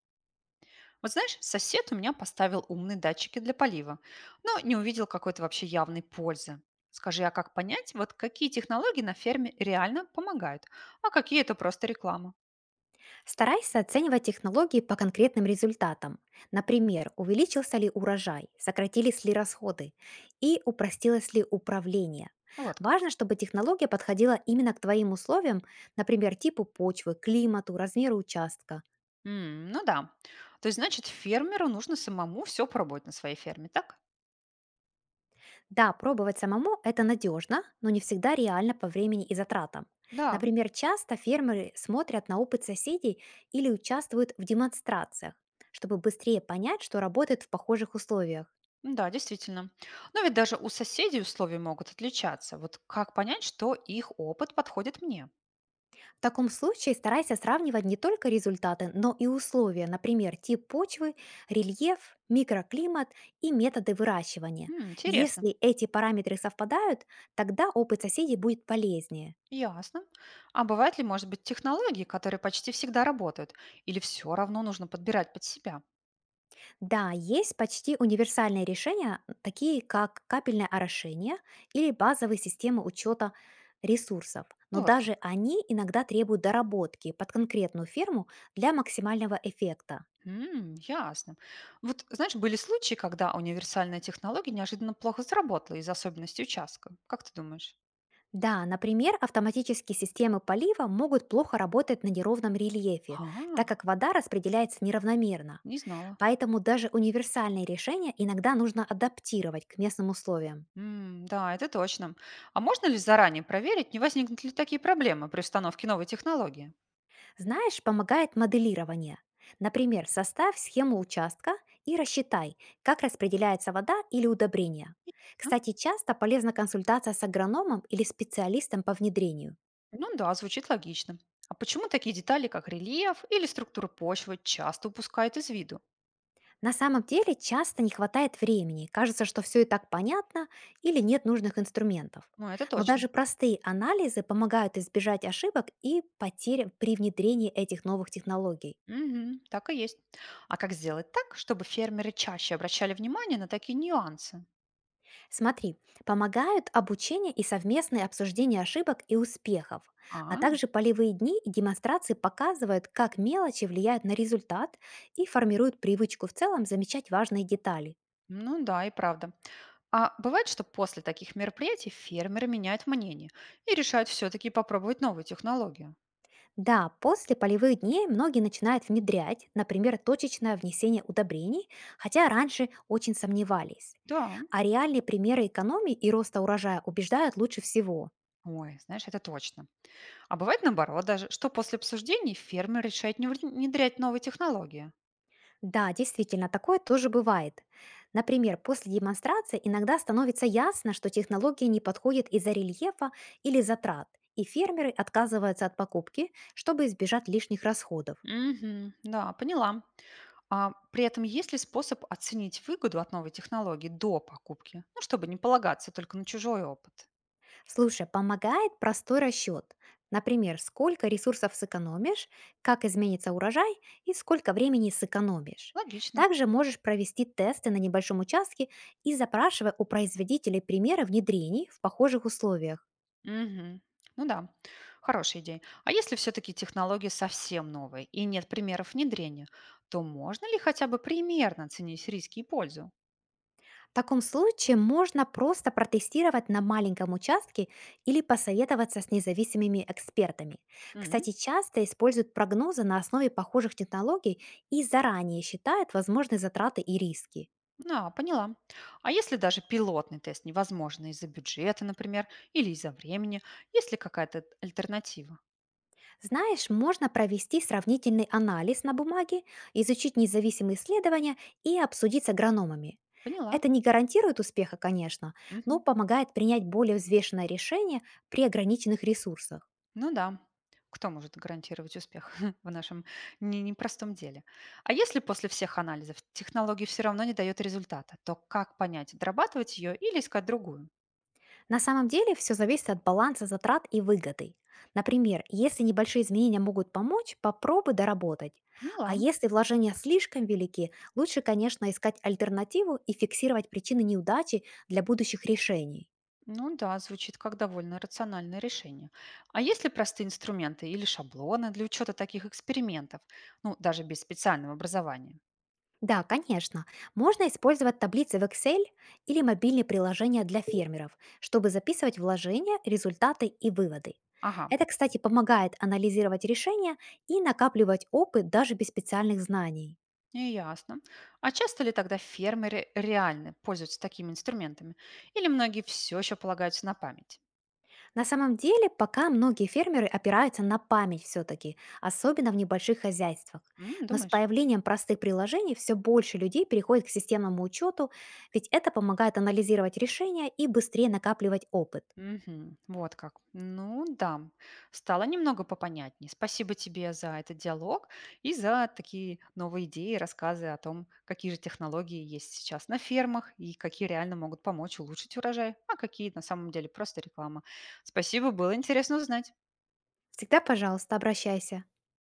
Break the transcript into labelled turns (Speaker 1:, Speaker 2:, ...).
Speaker 1: Вот знаешь, сосед у меня поставил умные датчики для полива, но не увидел какой-то вообще явной пользы. Скажи, а как понять, вот какие технологии на ферме реально помогают, а какие это просто реклама?
Speaker 2: Старайся оценивать технологии по конкретным результатам. Например, увеличился ли урожай, сократились ли расходы и упростилось ли управление.
Speaker 1: Вот
Speaker 2: Важно,
Speaker 1: как.
Speaker 2: чтобы технология подходила именно к твоим условиям, например, типу почвы, климату, размеру участка.
Speaker 1: М, ну да. То есть, значит, фермеру нужно самому все пробовать на своей ферме, так?
Speaker 2: Да, пробовать самому– это надежно, но не всегда реально по времени и затратам.
Speaker 1: Да,
Speaker 2: Например, часто фермеры смотрят на опыт соседей или участвуют в демонстрациях, чтобы быстрее понять, что работает в похожих условиях.
Speaker 1: да, действительно. Но ведь даже у соседей условия могут отличаться. Вот как понять, что их опыт подходит мне?
Speaker 2: В таком случае старайся сравнивать не только результаты, но и условия, например, тип почвы, рельеф, микроклимат и методы выращивания.
Speaker 1: М, интересно.
Speaker 2: Если эти параметры совпадают, тогда опыт соседей будет полезнее.
Speaker 1: Ясно. А бывают ли, может быть, технологии, которые почти всегда работают? Или все равно нужно подбирать под себя?
Speaker 2: Да, есть почти универсальные решения, такие как капельное орошение или базовые системы учета ресурсов, но
Speaker 1: Ну, вот как.
Speaker 2: даже они иногда требуют доработки под конкретную ферму для максимального эффекта.
Speaker 1: М, ясно. Вот, знаешь, были случаи, когда универсальная технология неожиданно плохо сработала из-за особенностей участка. Как ты думаешь?
Speaker 2: Да, например, автоматические системы полива могут плохо работать на неровном рельефе, так
Speaker 1: А,
Speaker 2: как вода распределяется неравномерно.
Speaker 1: не знала.
Speaker 2: Поэтому даже универсальные решения иногда нужно адаптировать к местным условиям.
Speaker 1: М, да, это точно. А можно ли заранее проверить, не возникнут ли такие проблемы при установке новой технологии?
Speaker 2: Знаешь, помогает моделирование. Например, составь схему участка и рассчитай, как распределяется вода или удобрение.
Speaker 1: М,
Speaker 2: Кстати, часто полезна консультация с агрономом или специалистом по внедрению.
Speaker 1: ну да, звучит логично. А почему такие детали, как рельеф или структура почвы, часто упускают из виду?
Speaker 2: На самом деле часто не хватает времени, кажется, что все и так понятно или нет нужных инструментов.
Speaker 1: Ну, это
Speaker 2: Но
Speaker 1: точно.
Speaker 2: даже простые анализы помогают избежать ошибок и потерь при внедрении этих новых технологий.
Speaker 1: Мгм. Так и есть. А как сделать так, чтобы фермеры чаще обращали внимание на такие нюансы?
Speaker 2: Смотри, помогают обучение и совместное обсуждение ошибок и успехов, а
Speaker 1: А,
Speaker 2: также полевые дни и демонстрации показывают, как мелочи влияют на результат и формируют привычку в целом замечать важные детали.
Speaker 1: ну да, и правда. А бывает, что после таких мероприятий фермеры меняют мнение и решают все-таки попробовать новую технологию.
Speaker 2: Да, после полевых дней многие начинают внедрять, например, точечное внесение удобрений, хотя раньше очень сомневались.
Speaker 1: Да.
Speaker 2: А реальные примеры экономии и роста урожая убеждают лучше всего.
Speaker 1: Ой, знаешь, это точно. А бывает наоборот даже, что после обсуждений фермер решает не вре- внедрять новые технологии.
Speaker 2: Да, действительно, такое тоже бывает. Например, после демонстрации иногда становится ясно, что технология не подходит из-за рельефа или затрат, и фермеры отказываются от покупки, чтобы избежать лишних расходов.
Speaker 1: Угу, да, поняла. А при этом есть ли способ оценить выгоду от новой технологии до покупки? Ну, чтобы не полагаться только на чужой опыт.
Speaker 2: Слушай, помогает простой расчет. Например, сколько ресурсов сэкономишь, как изменится урожай и сколько времени сэкономишь.
Speaker 1: Логично.
Speaker 2: Также можешь провести тесты на небольшом участке и запрашивая у производителей примеры внедрений в похожих условиях.
Speaker 1: Мгм. Ну да, хорошая идея. А если все-таки технология совсем новая и нет примеров внедрения, то можно ли хотя бы примерно оценить риски и пользу?
Speaker 2: В таком случае можно просто протестировать на маленьком участке или посоветоваться с независимыми экспертами. Кстати,
Speaker 1: М,
Speaker 2: часто используют прогнозы на основе похожих технологий и заранее считают возможные затраты и риски.
Speaker 1: да, поняла. А если даже пилотный тест невозможно из-за бюджета, например, или из-за времени, есть ли какая-то альтернатива?
Speaker 2: Знаешь, можно провести сравнительный анализ на бумаге, изучить независимые исследования и обсудить с агрономами.
Speaker 1: Поняла.
Speaker 2: Это не гарантирует успеха, конечно, но
Speaker 1: Мгм.
Speaker 2: помогает принять более взвешенное решение при ограниченных ресурсах.
Speaker 1: Ну да, кто может гарантировать успех в нашем непростом деле? А если после всех анализов технология все равно не дает результата, то как понять, дорабатывать ее или искать другую?
Speaker 2: На самом деле все зависит от баланса затрат и выгоды. Например, если небольшие изменения могут помочь, попробуй доработать. А
Speaker 1: Поняла.
Speaker 2: если вложения слишком велики, лучше, конечно, искать альтернативу и фиксировать причины неудачи для будущих решений.
Speaker 1: Ну да, звучит как довольно рациональное решение. А есть ли простые инструменты или шаблоны для учета таких экспериментов, ну, даже без специального образования?
Speaker 2: Да, конечно. Можно использовать таблицы в Excel или мобильные приложения для фермеров, чтобы записывать вложения, результаты и выводы.
Speaker 1: Ага,
Speaker 2: Это, кстати, помогает анализировать решения и накапливать опыт даже без специальных знаний.
Speaker 1: не ясно. А часто ли тогда фермеры реально пользуются такими инструментами? Или многие все еще полагаются на память?
Speaker 2: На самом деле, пока многие фермеры опираются на память все-таки, особенно в небольших хозяйствах.
Speaker 1: М,
Speaker 2: Но с
Speaker 1: думаешь?
Speaker 2: появлением простых приложений все больше людей переходит к системному учету, ведь это помогает анализировать решения и быстрее накапливать опыт.
Speaker 1: Мгм. Вот как. Ну да, стало немного попонятнее. Спасибо тебе за этот диалог и за такие новые идеи, рассказы о том, какие же технологии есть сейчас на фермах и какие реально могут помочь улучшить урожай, а какие на самом деле просто реклама. Спасибо, было интересно узнать.
Speaker 2: Всегда, пожалуйста, обращайся.